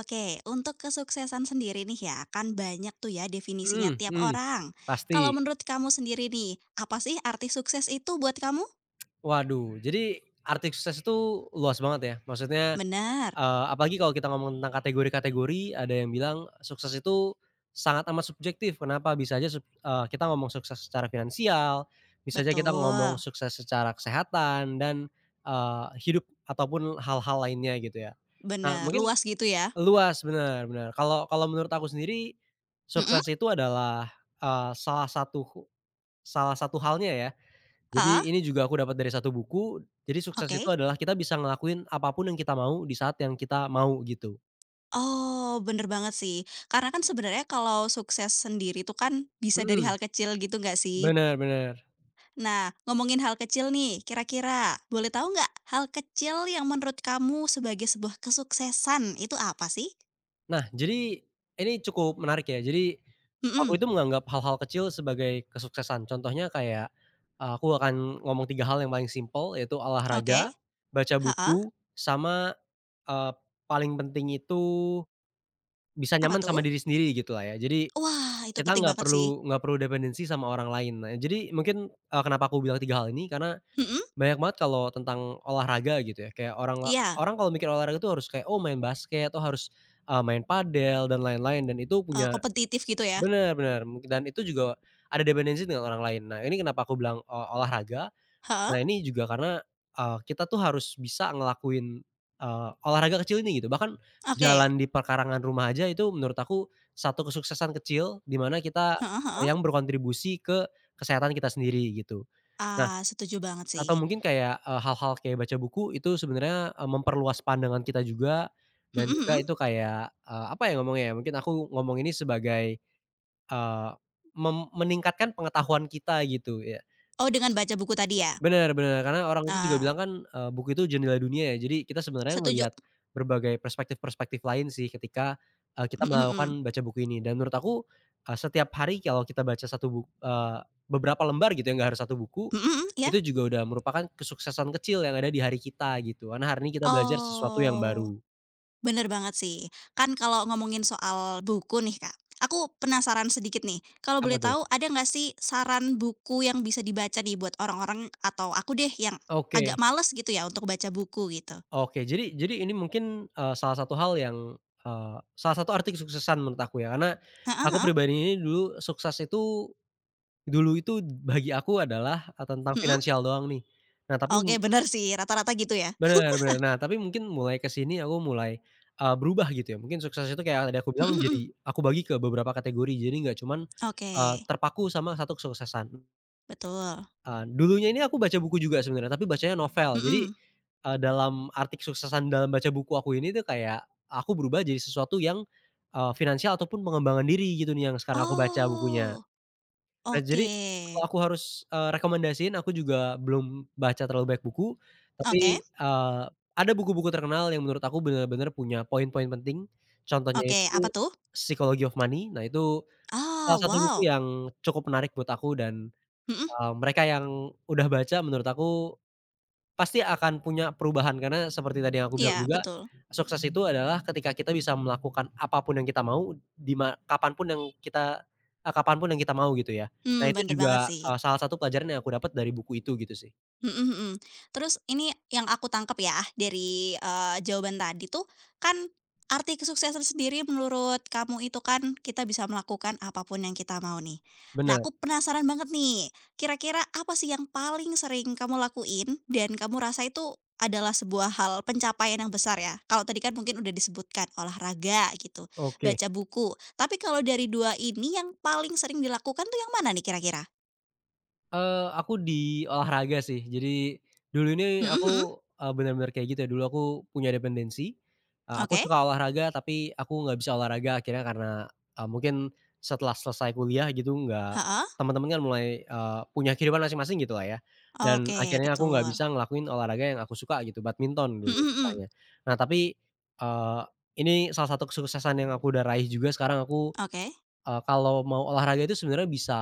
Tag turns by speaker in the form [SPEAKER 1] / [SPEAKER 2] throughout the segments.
[SPEAKER 1] Oke, untuk kesuksesan sendiri nih ya, kan banyak tuh ya
[SPEAKER 2] Mhm
[SPEAKER 1] definisinya tiap
[SPEAKER 2] mhm,
[SPEAKER 1] orang.
[SPEAKER 2] pasti.
[SPEAKER 1] Kalau menurut kamu sendiri nih, apa sih arti sukses itu buat kamu?
[SPEAKER 2] Waduh, jadi arti sukses itu luas banget ya, maksudnya,
[SPEAKER 1] Benar,
[SPEAKER 2] apalagi kalau kita ngomong tentang kategori-kategori, ada yang bilang sukses itu sangat amat subjektif, kenapa? Bisa aja kita ngomong sukses secara finansial, bisa aja kita ngomong
[SPEAKER 1] betul,
[SPEAKER 2] sukses secara kesehatan dan, hidup ataupun hal-hal lainnya gitu ya. Nah
[SPEAKER 1] benar,
[SPEAKER 2] mungkin
[SPEAKER 1] luas gitu ya?
[SPEAKER 2] luas, bener bener. Kalau kalau menurut aku sendiri,
[SPEAKER 1] Mhm,
[SPEAKER 2] sukses itu adalah, eee, salah satu salah satu halnya ya.
[SPEAKER 1] heeh,
[SPEAKER 2] Jadi ini juga aku dapat dari satu buku, jadi sukses itu
[SPEAKER 1] oke.
[SPEAKER 2] adalah kita bisa ngelakuin apa pun yang kita mau di saat yang kita mau gitu.
[SPEAKER 1] Oh, bener banget sih. Karena kan sebenarnya kalau sukses sendiri tuh kan bisa dari
[SPEAKER 2] Mhm,
[SPEAKER 1] hal kecil gitu nggak sih?
[SPEAKER 2] bener bener.
[SPEAKER 1] Nah, ngomongin hal kecil nih, kira-kira boleh tahu nggak hal kecil yang menurut kamu sebagai sebuah kesuksesan itu apa sih?
[SPEAKER 2] Nah jadi ini cukup menarik ya, jadi aku
[SPEAKER 1] Mhm,
[SPEAKER 2] itu menganggap hal-hal kecil sebagai kesuksesan. Contohnya kayak, aku akan ngomong 3 hal yang paling simpel yaitu
[SPEAKER 1] oke.
[SPEAKER 2] olahraga, baca
[SPEAKER 1] Ha?
[SPEAKER 2] buku, sama, eee, paling penting itu bisa
[SPEAKER 1] Apa
[SPEAKER 2] nyaman sama
[SPEAKER 1] tuh?
[SPEAKER 2] diri sendiri gitulah ya. Jadi
[SPEAKER 1] Wah, itu
[SPEAKER 2] kita
[SPEAKER 1] penting
[SPEAKER 2] nggak
[SPEAKER 1] banget sih.
[SPEAKER 2] perlu nggak perlu dependensi sama orang lain. Nah, jadi mungkin, kenapa aku bilang 3 hal ini, karena
[SPEAKER 1] Hmm,
[SPEAKER 2] banyak banget kalau tentang olahraga gitu ya, kayak
[SPEAKER 1] iya,
[SPEAKER 2] orang kalau mikir olahraga tuh harus kayak, oh main basket, oh harus, main padel dan lain-lain dan itu punya
[SPEAKER 1] kompetitif gitu ya?
[SPEAKER 2] bener bener, mungkin dan itu juga ada dependensi dengan orang lain. Nah, ini kenapa aku bilang, olahraga.
[SPEAKER 1] Ha?
[SPEAKER 2] Nah ini juga karena, kita tuh harus bisa ngelakuin, olahraga kecil ini gitu, bahkan
[SPEAKER 1] Oke.
[SPEAKER 2] jalan di perkarangan rumah aja itu menurut aku satu kesuksesan kecil di mana kita
[SPEAKER 1] Heeh heeh.
[SPEAKER 2] yang berkontribusi ke kesehatan kita sendiri gitu. Nah,
[SPEAKER 1] Ah, setuju banget sih.
[SPEAKER 2] atau mungkin kayak, hal-hal kayak baca buku itu sebenarnya, memperluas pandangan kita juga
[SPEAKER 1] Mhm
[SPEAKER 2] dan juga
[SPEAKER 1] mhm.
[SPEAKER 2] itu kayak, apa ya ngomongnya ya, mungkin aku ngomong ini sebagai, eee, meningkatkan pengetahuan kita gitu ya.
[SPEAKER 1] Oh, dengan baca buku tadi ya?
[SPEAKER 2] Bener bener, karena orang itu juga
[SPEAKER 1] Eee,
[SPEAKER 2] bilang kan, buku itu jendela dunia ya, jadi kita sebenarnya
[SPEAKER 1] Setuju.
[SPEAKER 2] ngelihat berbagai perspektif-perspektif lain sih ketika,
[SPEAKER 1] Hmm
[SPEAKER 2] kita
[SPEAKER 1] hmm.
[SPEAKER 2] melakukan baca buku ini dan menurut aku, setiap hari kalau kita baca beberapa lembar gitu ya, nggak harus satu buku,
[SPEAKER 1] Hmm hmm. Ya.
[SPEAKER 2] itu juga udah merupakan kesuksesan kecil yang ada di hari kita gitu, karena hari ini kita belajar sesuatu yang
[SPEAKER 1] Oh,
[SPEAKER 2] baru.
[SPEAKER 1] bener banget sih. Kan kalau ngomongin soal buku nih, Kak, aku penasaran sedikit nih. Kalau
[SPEAKER 2] Apa
[SPEAKER 1] boleh
[SPEAKER 2] tuh?
[SPEAKER 1] tahu ada nggak sih saran buku yang bisa dibaca nih buat orang-orang atau aku deh yang agak
[SPEAKER 2] Oke
[SPEAKER 1] males gitu ya untuk baca buku gitu?
[SPEAKER 2] oke, jadi ini mungkin, salah satu hal yang, salah satu arti kesuksesan menurut aku ya, karena
[SPEAKER 1] Heeh
[SPEAKER 2] aku
[SPEAKER 1] heeh.
[SPEAKER 2] pribadi ini dulu sukses itu, dulu itu bagi aku adalah, tentang
[SPEAKER 1] Mhm?
[SPEAKER 2] finansial doang nih. Nah tapi
[SPEAKER 1] Oke, bener sih, rata-rata gitu ya?
[SPEAKER 2] bener bener. Nah tapi mungkin mulai ke sini aku mulai, berubah gitu ya. Mungkin sukses itu kayak tadi aku
[SPEAKER 1] Mhm
[SPEAKER 2] bilang
[SPEAKER 1] mhm.
[SPEAKER 2] jadi aku bagi ke beberapa kategori. Jadi nggak cuman,
[SPEAKER 1] Oke,
[SPEAKER 2] terpaku sama satu kesuksesan.
[SPEAKER 1] betul.
[SPEAKER 2] Dulunya ini aku baca buku juga sebenarnya, tapi bacanya novel. Jadi,
[SPEAKER 1] Mhm.
[SPEAKER 2] dalam arti kesuksesan dalam baca buku aku ini tuh kayak aku berubah jadi sesuatu yang, finansial ataupun pengembangan diri gitu nih yang sekarang aku baca bukunya.
[SPEAKER 1] Oh,
[SPEAKER 2] Nah, jadi
[SPEAKER 1] oke.
[SPEAKER 2] kalau aku harus, rekomendasiin, aku juga belum baca terlalu banyak buku, tapi,
[SPEAKER 1] Oke,
[SPEAKER 2] eee, ada buku-buku terkenal yang menurut aku bener-bener punya poin-poin penting, contohnya
[SPEAKER 1] oke, apa
[SPEAKER 2] itu
[SPEAKER 1] tuh?
[SPEAKER 2] Psychology of Money. Nah, itu salah
[SPEAKER 1] Oh,
[SPEAKER 2] satu buku
[SPEAKER 1] wow.
[SPEAKER 2] yang cukup menarik buat aku dan,
[SPEAKER 1] Mhm,
[SPEAKER 2] mereka yang udah baca menurut aku pasti akan punya perubahan karena seperti tadi yang aku bilang
[SPEAKER 1] iya
[SPEAKER 2] juga,
[SPEAKER 1] betul.
[SPEAKER 2] sukses itu adalah ketika kita bisa melakukan apa pun yang kita mau, di ma kapan pun yang kita, kapan pun yang kita mau gitu ya.
[SPEAKER 1] Mmm,
[SPEAKER 2] Nah itu
[SPEAKER 1] bener banget
[SPEAKER 2] juga,
[SPEAKER 1] sih.
[SPEAKER 2] salah satu pelajaran yang aku dapat dari buku itu gitu sih.
[SPEAKER 1] Mhm mhm. Terus ini yang aku tangkap ya dari, jawaban tadi tuh kan arti kesuksesan sendiri menurut kamu itu kan kita bisa melakukan apapun yang kita mau nih. Nah
[SPEAKER 2] Bener,
[SPEAKER 1] aku penasaran banget nih, kira-kira apa sih yang paling sering kamu lakuin dan kamu rasa itu adalah sebuah hal pencapaian yang besar ya? Kalau tadi kan mungkin udah disebutkan olahraga gitu,
[SPEAKER 2] oke.
[SPEAKER 1] baca buku, tapi kalau dari 2 ini yang paling sering dilakukan tuh yang mana nih kira-kira?
[SPEAKER 2] Aku di olahraga sih. Jadi, dulu ini
[SPEAKER 1] Mhm mhm,
[SPEAKER 2] aku, bener-bener kayak gitu ya, dulu aku punya dependensi, aku
[SPEAKER 1] oke,
[SPEAKER 2] suka olahraga tapi aku nggak bisa olahraga akhirnya karena, mungkin setelah selesai kuliah gitu nggak
[SPEAKER 1] heeh.
[SPEAKER 2] teman-teman kan mulai, punya kehidupan masing-masing gitu lah ya, dan
[SPEAKER 1] Oke,
[SPEAKER 2] akhirnya aku nggak
[SPEAKER 1] betul.
[SPEAKER 2] bisa ngelakuin olahraga yang aku suka gitu, badminton dulu
[SPEAKER 1] Mhm mhm,
[SPEAKER 2] misalnya. Nah tapi, eee, ini salah satu kesuksesan yang aku udah raih juga sekarang aku.
[SPEAKER 1] oke.
[SPEAKER 2] Kalau mau olahraga itu sebenarnya bisa,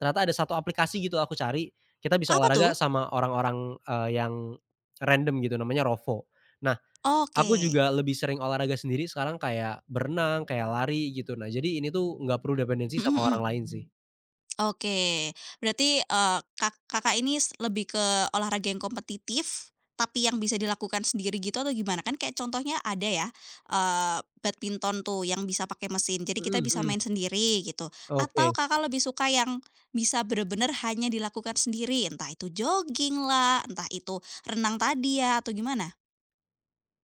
[SPEAKER 2] ternyata ada satu aplikasi gitu aku cari, kita bisa
[SPEAKER 1] Apa tuh?
[SPEAKER 2] olahraga sama orang-orang, yang random gitu namanya Rovo. Nah, aku
[SPEAKER 1] Oke.
[SPEAKER 2] juga lebih sering olahraga sendiri sekarang kayak berenang, kayak lari gitu. Nah, jadi ini tuh nggak perlu dependensi
[SPEAKER 1] Mhm
[SPEAKER 2] sama
[SPEAKER 1] mhm,
[SPEAKER 2] orang lain sih.
[SPEAKER 1] oke. Berarti, Kakak ini lebih ke olahraga yang kompetitif, tapi yang bisa dilakukan sendiri gitu atau gimana? Kan kayak contohnya ada ya, badminton tuh yang bisa pakai mesin, jadi
[SPEAKER 2] Mhm
[SPEAKER 1] kita bisa
[SPEAKER 2] mhm,
[SPEAKER 1] main sendiri gitu. Atau
[SPEAKER 2] oke.
[SPEAKER 1] Kakak lebih suka yang bisa bener-bener hanya dilakukan sendiri, entah itu jogging lah, entah itu renang tadi ya, atau gimana?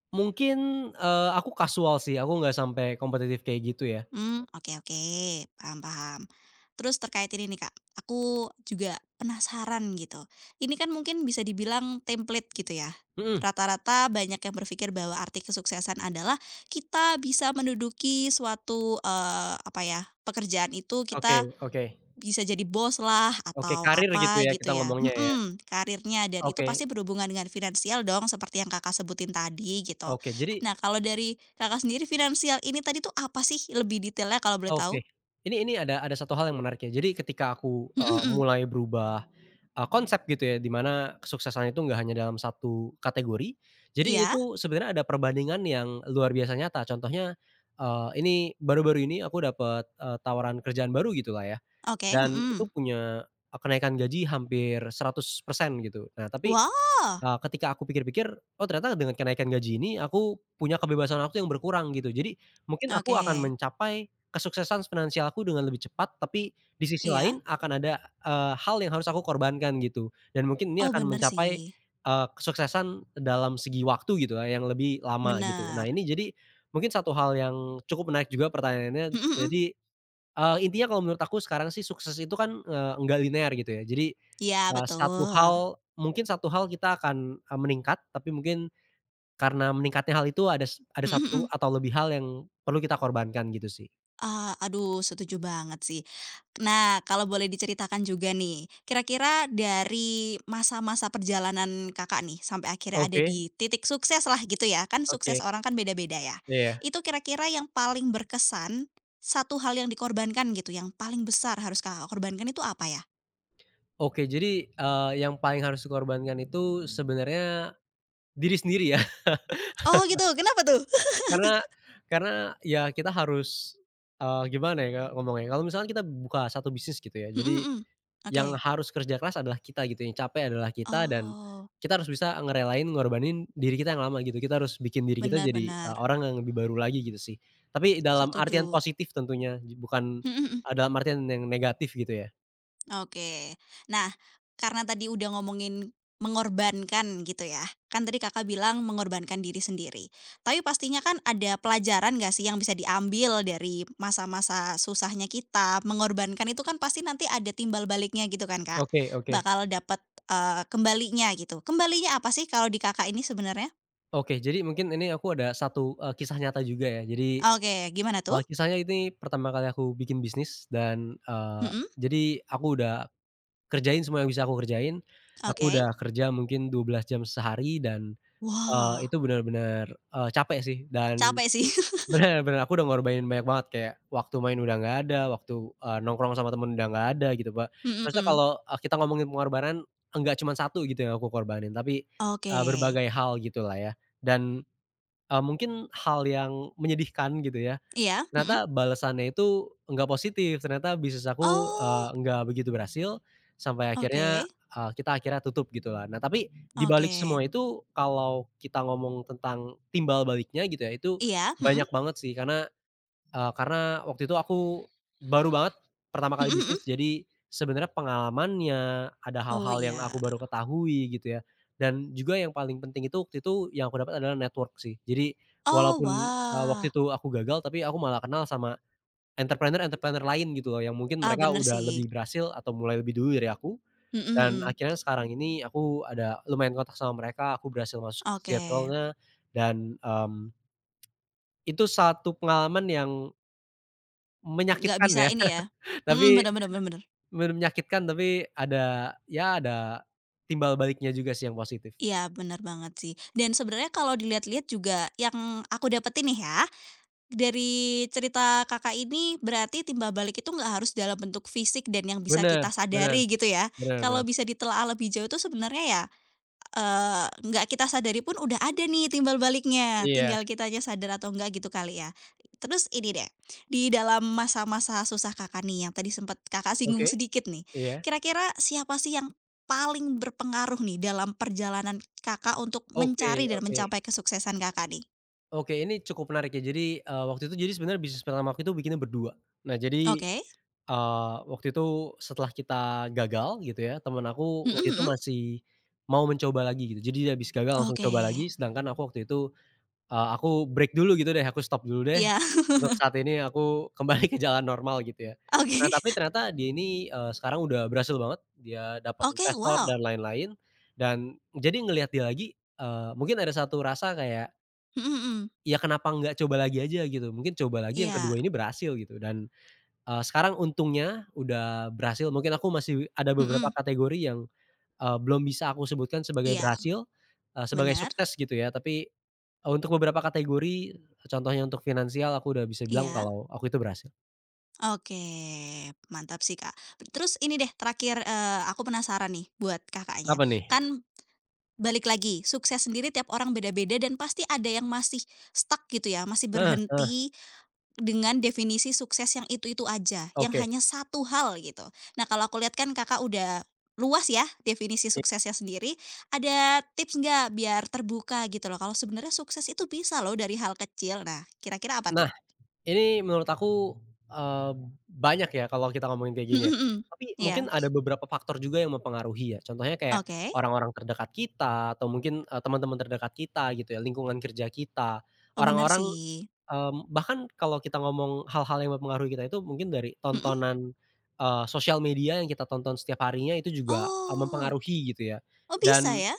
[SPEAKER 2] Mungkin, aku kasual sih, aku nggak sampai kompetitif kayak gitu ya.
[SPEAKER 1] Hmm, oke oke, paham paham. Terus terkait ini nih Kak, aku juga penasaran gitu. Ini kan mungkin bisa dibilang template gitu ya.
[SPEAKER 2] Mhm,
[SPEAKER 1] Rata-rata banyak yang berpikir bahwa arti kesuksesan adalah kita bisa menduduki suatu, apa ya, pekerjaan itu
[SPEAKER 2] oke
[SPEAKER 1] kita
[SPEAKER 2] oke.
[SPEAKER 1] bisa jadi bos lah
[SPEAKER 2] Oke,
[SPEAKER 1] atau
[SPEAKER 2] karir gitu
[SPEAKER 1] apa
[SPEAKER 2] ya
[SPEAKER 1] gitu
[SPEAKER 2] kita
[SPEAKER 1] ya
[SPEAKER 2] ngomongnya ya.
[SPEAKER 1] karirnya dan itu
[SPEAKER 2] Oke
[SPEAKER 1] pasti berhubungan dengan finansial dong seperti yang Kakak sebutin tadi gitu.
[SPEAKER 2] oke, jadi
[SPEAKER 1] Nah kalau dari Kakak sendiri finansial ini tadi tuh apa sih lebih detailnya kalau boleh tahu?
[SPEAKER 2] oke. Ini ada satu hal yang menarik ya. Jadi ketika aku,
[SPEAKER 1] Mhm mhm,
[SPEAKER 2] mulai berubah, konsep gitu ya, di mana kesuksesan itu nggak hanya dalam satu kategori. Jadi ini
[SPEAKER 1] iya,
[SPEAKER 2] tuh sebenarnya ada perbandingan yang luar biasa nyata. Contohnya, ini baru-baru ini aku dapat, tawaran kerjaan baru gitulah ya,
[SPEAKER 1] oke,
[SPEAKER 2] dan itu
[SPEAKER 1] mhm.
[SPEAKER 2] punya, kenaikan gaji hampir 100% gitu. Nah tapi,
[SPEAKER 1] Wow,
[SPEAKER 2] Ketika aku pikir-pikir, oh ternyata dengan kenaikan gaji ini aku punya kebebasan waktu yang berkurang gitu. Jadi mungkin
[SPEAKER 1] oke,
[SPEAKER 2] aku akan mencapai kesuksesan finansialku dengan lebih cepat, tapi di sisi
[SPEAKER 1] iya.
[SPEAKER 2] lain akan ada, hal yang harus aku korbankan gitu. Dan mungkin ini
[SPEAKER 1] Oh
[SPEAKER 2] akan
[SPEAKER 1] bener
[SPEAKER 2] mencapai,
[SPEAKER 1] sih,
[SPEAKER 2] kesuksesan dalam segi waktu gitu ya, yang lebih lama gitu. Nah
[SPEAKER 1] bener.
[SPEAKER 2] ini jadi mungkin satu hal yang cukup menarik juga pertanyaannya.
[SPEAKER 1] Mhm mhm,
[SPEAKER 2] Jadi intinya kalau menurut aku sekarang sih sukses itu kan, enggak linear gitu ya. Jadi,
[SPEAKER 1] iya betul,
[SPEAKER 2] satu hal kita akan, meningkat, tapi mungkin karena meningkatnya hal itu ada
[SPEAKER 1] mhm
[SPEAKER 2] satu
[SPEAKER 1] mhm.
[SPEAKER 2] atau lebih hal yang perlu kita korbankan gitu sih.
[SPEAKER 1] Ah, aduh setuju banget sih. Nah, kalau boleh diceritakan juga nih, kira-kira dari masa-masa perjalanan Kakak nih sampai akhirnya ada
[SPEAKER 2] Oke
[SPEAKER 1] di titik sukses lah gitu ya, kan sukses
[SPEAKER 2] oke,
[SPEAKER 1] orang kan beda-beda ya.
[SPEAKER 2] iya.
[SPEAKER 1] Itu kira-kira yang paling berkesan, satu hal yang dikorbankan gitu, yang paling besar harus Kakak korbankan itu apa ya?
[SPEAKER 2] Oke jadi, yang paling harus dikorbankan itu sebenarnya diri sendiri ya.
[SPEAKER 1] Oh gitu, kenapa tuh?
[SPEAKER 2] Karena karena ya kita harus, gimana ya, Kak, ngomongnya, kalau misalkan kita buka satu bisnis gitu ya,
[SPEAKER 1] Mhm
[SPEAKER 2] jadi
[SPEAKER 1] mhm. Oke.
[SPEAKER 2] yang harus kerja keras adalah kita gitu, yang capek adalah kita dan
[SPEAKER 1] Oh,
[SPEAKER 2] kita harus bisa ngerelain ngorbanin diri kita yang lama gitu. Kita harus bikin diri kita
[SPEAKER 1] benar
[SPEAKER 2] jadi,
[SPEAKER 1] benar,
[SPEAKER 2] orang yang lebih baru lagi gitu sih. Tapi dalam artian
[SPEAKER 1] setuju.
[SPEAKER 2] positif tentunya, bukan,
[SPEAKER 1] Mhm mhm.
[SPEAKER 2] dalam artian yang negatif gitu ya.
[SPEAKER 1] Oke. Nah, karena tadi udah ngomongin mengorbankan gitu ya, kan tadi Kakak bilang mengorbankan diri sendiri. Tapi pastinya kan ada pelajaran nggak sih yang bisa diambil dari masa-masa susahnya kita, mengorbankan itu kan pasti nanti ada timbal baliknya gitu kan Kak,
[SPEAKER 2] Oke oke.
[SPEAKER 1] bakal dapet, kembalinya gitu. Kembalinya apa sih kalau di Kakak ini sebenarnya?
[SPEAKER 2] Oke, jadi mungkin ini aku ada satu, kisah nyata juga ya. Jadi,
[SPEAKER 1] Oke, gimana tuh?
[SPEAKER 2] kisahnya ini pertama kali aku bikin bisnis dan,
[SPEAKER 1] Mhm,
[SPEAKER 2] jadi aku udah kerjain semua yang bisa aku kerjain. Aku
[SPEAKER 1] oke.
[SPEAKER 2] udah kerja mungkin 12 jam sehari dan
[SPEAKER 1] Wah,
[SPEAKER 2] Itu bener-bener, capek sih dan
[SPEAKER 1] capek sih.
[SPEAKER 2] bener bener aku udah ngorbanin banyak banget kayak waktu main udah nggak ada, waktu, nongkrong sama temen udah nggak ada gitu, Mbak. Maksudnya
[SPEAKER 1] Mhm,
[SPEAKER 2] kalau, kita ngomongin pengorbanan, enggak cuman satu gitu yang aku korbanin, tapi,
[SPEAKER 1] oke.
[SPEAKER 2] berbagai hal gitulah ya. Dan, mungkin hal yang menyedihkan gitu ya,
[SPEAKER 1] Iya, mhm.
[SPEAKER 2] ternyata balasannya itu enggak positif, ternyata bisnis aku,
[SPEAKER 1] Oh,
[SPEAKER 2] enggak begitu berhasil, sampai akhirnya,
[SPEAKER 1] oke.
[SPEAKER 2] kita akhirnya tutup gitu lah. Nah tapi di
[SPEAKER 1] Oke.
[SPEAKER 2] balik semua itu, kalau kita ngomong tentang timbal baliknya gitu ya, itu
[SPEAKER 1] Iya, mhm,
[SPEAKER 2] banyak banget sih, karena karena waktu itu aku baru banget pertama kali
[SPEAKER 1] mhm mhm.
[SPEAKER 2] bisnis, jadi sebenarnya pengalamannya, ada
[SPEAKER 1] Oh
[SPEAKER 2] hal-hal yang aku
[SPEAKER 1] iya.
[SPEAKER 2] baru ketahui gitu ya, dan juga yang paling penting itu waktu itu yang aku dapat adalah network sih. Jadi
[SPEAKER 1] Oh
[SPEAKER 2] walaupun, waktu
[SPEAKER 1] wah.
[SPEAKER 2] itu aku gagal, tapi aku malah kenal sama entrepreneur-entrepreneur lain gitu loh, yang mungkin
[SPEAKER 1] Ah,
[SPEAKER 2] mereka
[SPEAKER 1] bener
[SPEAKER 2] udah
[SPEAKER 1] sih.
[SPEAKER 2] lebih berhasil atau mulai lebih dulu dari aku,
[SPEAKER 1] Mhm
[SPEAKER 2] dan
[SPEAKER 1] mhm.
[SPEAKER 2] akhirnya sekarang ini aku ada lumayan kontak sama mereka, aku berhasil masuk
[SPEAKER 1] Oke.
[SPEAKER 2] circle-nya dan, itu satu pengalaman yang
[SPEAKER 1] Nggak
[SPEAKER 2] menyakitkan
[SPEAKER 1] bisa
[SPEAKER 2] ya.
[SPEAKER 1] ini ya mhm,
[SPEAKER 2] Tapi
[SPEAKER 1] bener bener bener bener.
[SPEAKER 2] bener menyakitkan, tapi ada ya ada timbal baliknya juga sih yang positif.
[SPEAKER 1] Iya, bener banget sih. Dan sebenarnya kalau dilihat-lihat juga yang aku dapetin nih ya, dari cerita Kakak ini berarti timbal balik itu nggak harus dalam bentuk fisik dan yang bisa kita
[SPEAKER 2] Bener bener
[SPEAKER 1] sadari gitu ya.
[SPEAKER 2] bener
[SPEAKER 1] Kalau
[SPEAKER 2] bener.
[SPEAKER 1] bisa ditelaah lebih jauh tuh sebenarnya ya nggak kita sadari pun udah ada nih timbal baliknya,
[SPEAKER 2] Iya,
[SPEAKER 1] tinggal kitanya sadar atau enggak gitu kali ya. Terus ini deh, di dalam masa-masa susah Kakak nih yang tadi sempet Kakak singgung
[SPEAKER 2] oke,
[SPEAKER 1] sedikit nih,
[SPEAKER 2] iya.
[SPEAKER 1] kira-kira siapa sih yang paling berpengaruh nih dalam perjalanan Kakak untuk
[SPEAKER 2] Oke
[SPEAKER 1] mencari dan
[SPEAKER 2] oke
[SPEAKER 1] mencapai kesuksesan Kakak nih?
[SPEAKER 2] oke, ini cukup menarik ya. Jadi, waktu itu jadi sebenarnya bisnis pertama aku itu bikinnya berdua. Nah jadi,
[SPEAKER 1] Oke,
[SPEAKER 2] waktu itu setelah kita gagal gitu ya, temen aku
[SPEAKER 1] mhm
[SPEAKER 2] waktu itu
[SPEAKER 1] mhm,
[SPEAKER 2] masih mau mencoba lagi gitu. Jadi dia habis gagal langsung
[SPEAKER 1] oke,
[SPEAKER 2] coba lagi, sedangkan aku waktu itu aku break dulu gitu deh, aku stop dulu deh,
[SPEAKER 1] iya,
[SPEAKER 2] untuk saat ini aku kembali ke jalan normal gitu ya. Nah tapi
[SPEAKER 1] oke,
[SPEAKER 2] ternyata dia ini, sekarang udah berhasil banget, dia dapat
[SPEAKER 1] oke,
[SPEAKER 2] investor
[SPEAKER 1] wow,
[SPEAKER 2] dan lain-lain, dan jadi ngelihat dia lagi, mungkin ada satu rasa kayak,
[SPEAKER 1] mhm mhm,
[SPEAKER 2] "Ya kenapa nggak coba lagi aja?" gitu, mungkin coba lagi yang
[SPEAKER 1] iya,
[SPEAKER 2] kedua ini berhasil gitu dan, sekarang untungnya udah berhasil, mungkin aku masih ada beberapa
[SPEAKER 1] mhm,
[SPEAKER 2] kategori yang, belum bisa aku sebutkan sebagai
[SPEAKER 1] iya,
[SPEAKER 2] berhasil, sebagai
[SPEAKER 1] benar,
[SPEAKER 2] sukses gitu ya, tapi untuk beberapa kategori, contohnya untuk finansial aku udah bisa bilang
[SPEAKER 1] iya.
[SPEAKER 2] kalau aku itu berhasil.
[SPEAKER 1] Oke, mantap sih, Kak. Terus ini deh terakhir, aku penasaran nih buat Kakaknya.
[SPEAKER 2] Apa nih?
[SPEAKER 1] Kan balik lagi, sukses sendiri tiap orang beda-beda dan pasti ada yang masih stuck gitu ya, masih
[SPEAKER 2] Nah nah,
[SPEAKER 1] berhenti dengan definisi sukses yang itu-itu aja, yang
[SPEAKER 2] oke.
[SPEAKER 1] hanya satu hal gitu. Nah, kalau aku lihat kan Kakak udah luas ya definisi
[SPEAKER 2] I
[SPEAKER 1] suksesnya sendiri, ada tips nggak biar terbuka gitu loh, kalau sebenarnya sukses itu bisa loh dari hal kecil. Nah, kira-kira apa tuh?
[SPEAKER 2] nah, ini menurut aku, eee, banyak ya kalau kita ngomongin kayak gini ya.
[SPEAKER 1] Mhm mhm.
[SPEAKER 2] Tapi
[SPEAKER 1] Iya,
[SPEAKER 2] mungkin ada beberapa faktor juga yang mempengaruhi ya, contohnya kayak
[SPEAKER 1] oke.
[SPEAKER 2] orang-orang terdekat kita atau mungkin, teman-teman terdekat kita gitu ya, lingkungan kerja kita,
[SPEAKER 1] Oh, bener
[SPEAKER 2] orang-orang.
[SPEAKER 1] sih.
[SPEAKER 2] Bahkan kalau kita ngomong hal-hal yang mempengaruhi kita itu mungkin dari
[SPEAKER 1] Mhm.
[SPEAKER 2] tontonan, sosial media yang kita tonton setiap harinya itu juga,
[SPEAKER 1] Oh
[SPEAKER 2] mempengaruhi gitu ya.
[SPEAKER 1] oh bisa
[SPEAKER 2] Dan
[SPEAKER 1] ya?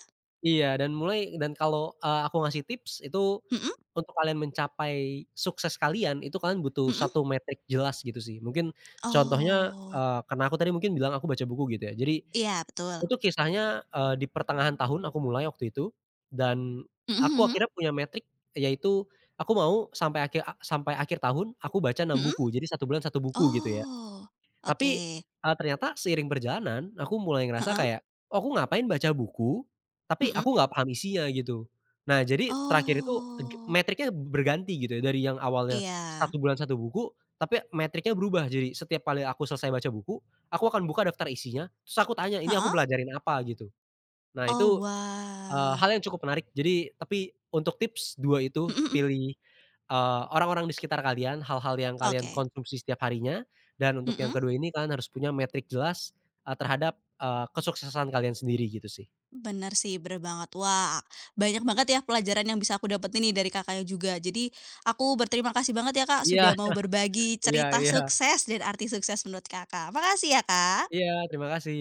[SPEAKER 2] iya, dan mulai dan kalau, aku ngasih tips itu
[SPEAKER 1] Mhm
[SPEAKER 2] untuk kalian mencapai sukses kalian itu kalian butuh
[SPEAKER 1] mhm.
[SPEAKER 2] satu metrik jelas gitu sih. Mungkin contohnya,
[SPEAKER 1] Oh,
[SPEAKER 2] karena aku tadi mungkin bilang aku baca buku gitu ya. Jadi
[SPEAKER 1] iya betul.
[SPEAKER 2] itu kisahnya, di pertengahan tahun aku mulai waktu itu, dan
[SPEAKER 1] Mhm
[SPEAKER 2] aku
[SPEAKER 1] mhm
[SPEAKER 2] akhirnya punya metrik, yaitu aku mau sampai akhir tahun aku baca enam
[SPEAKER 1] mhm.
[SPEAKER 2] buku, jadi satu bulan satu buku gitu ya.
[SPEAKER 1] Oh,
[SPEAKER 2] Tapi,
[SPEAKER 1] oke.
[SPEAKER 2] ternyata seiring perjalanan aku mulai ngerasa
[SPEAKER 1] Heeh,
[SPEAKER 2] kayak, "Oh, aku ngapain baca buku, tapi
[SPEAKER 1] mhm.
[SPEAKER 2] aku nggak paham isinya," gitu. Nah, jadi terakhir itu
[SPEAKER 1] Oh,
[SPEAKER 2] metriknya berganti gitu ya, dari yang awalnya
[SPEAKER 1] iya.
[SPEAKER 2] satu bulan satu buku, tapi metriknya berubah. Jadi setiap kali aku selesai baca buku, aku akan buka daftar isinya, terus aku tanya, "Ini aku
[SPEAKER 1] Heeh.
[SPEAKER 2] belajarin apa?" gitu. Nah,
[SPEAKER 1] Oh
[SPEAKER 2] itu
[SPEAKER 1] wah.
[SPEAKER 2] hal yang cukup menarik. Jadi tapi untuk tips 2 itu
[SPEAKER 1] Mhm mhm.
[SPEAKER 2] pilih, eee, orang-orang di sekitar kalian, hal-hal yang kalian
[SPEAKER 1] Oke.
[SPEAKER 2] konsumsi setiap harinya, dan untuk yang
[SPEAKER 1] Mhm.
[SPEAKER 2] kedua ini kalian harus punya metrik jelas, terhadap, kesuksesan kalian sendiri gitu sih.
[SPEAKER 1] Bener sih, bener banget. Wah, banyak banget ya pelajaran yang bisa aku dapetin nih dari Kakaknya juga. Jadi aku berterima kasih banget ya Kak,
[SPEAKER 2] Iya
[SPEAKER 1] sudah mau berbagi
[SPEAKER 2] iya
[SPEAKER 1] cerita
[SPEAKER 2] iya
[SPEAKER 1] sukses dan arti sukses menurut Kakak. Makasih ya Kak.
[SPEAKER 2] iya terima kasih.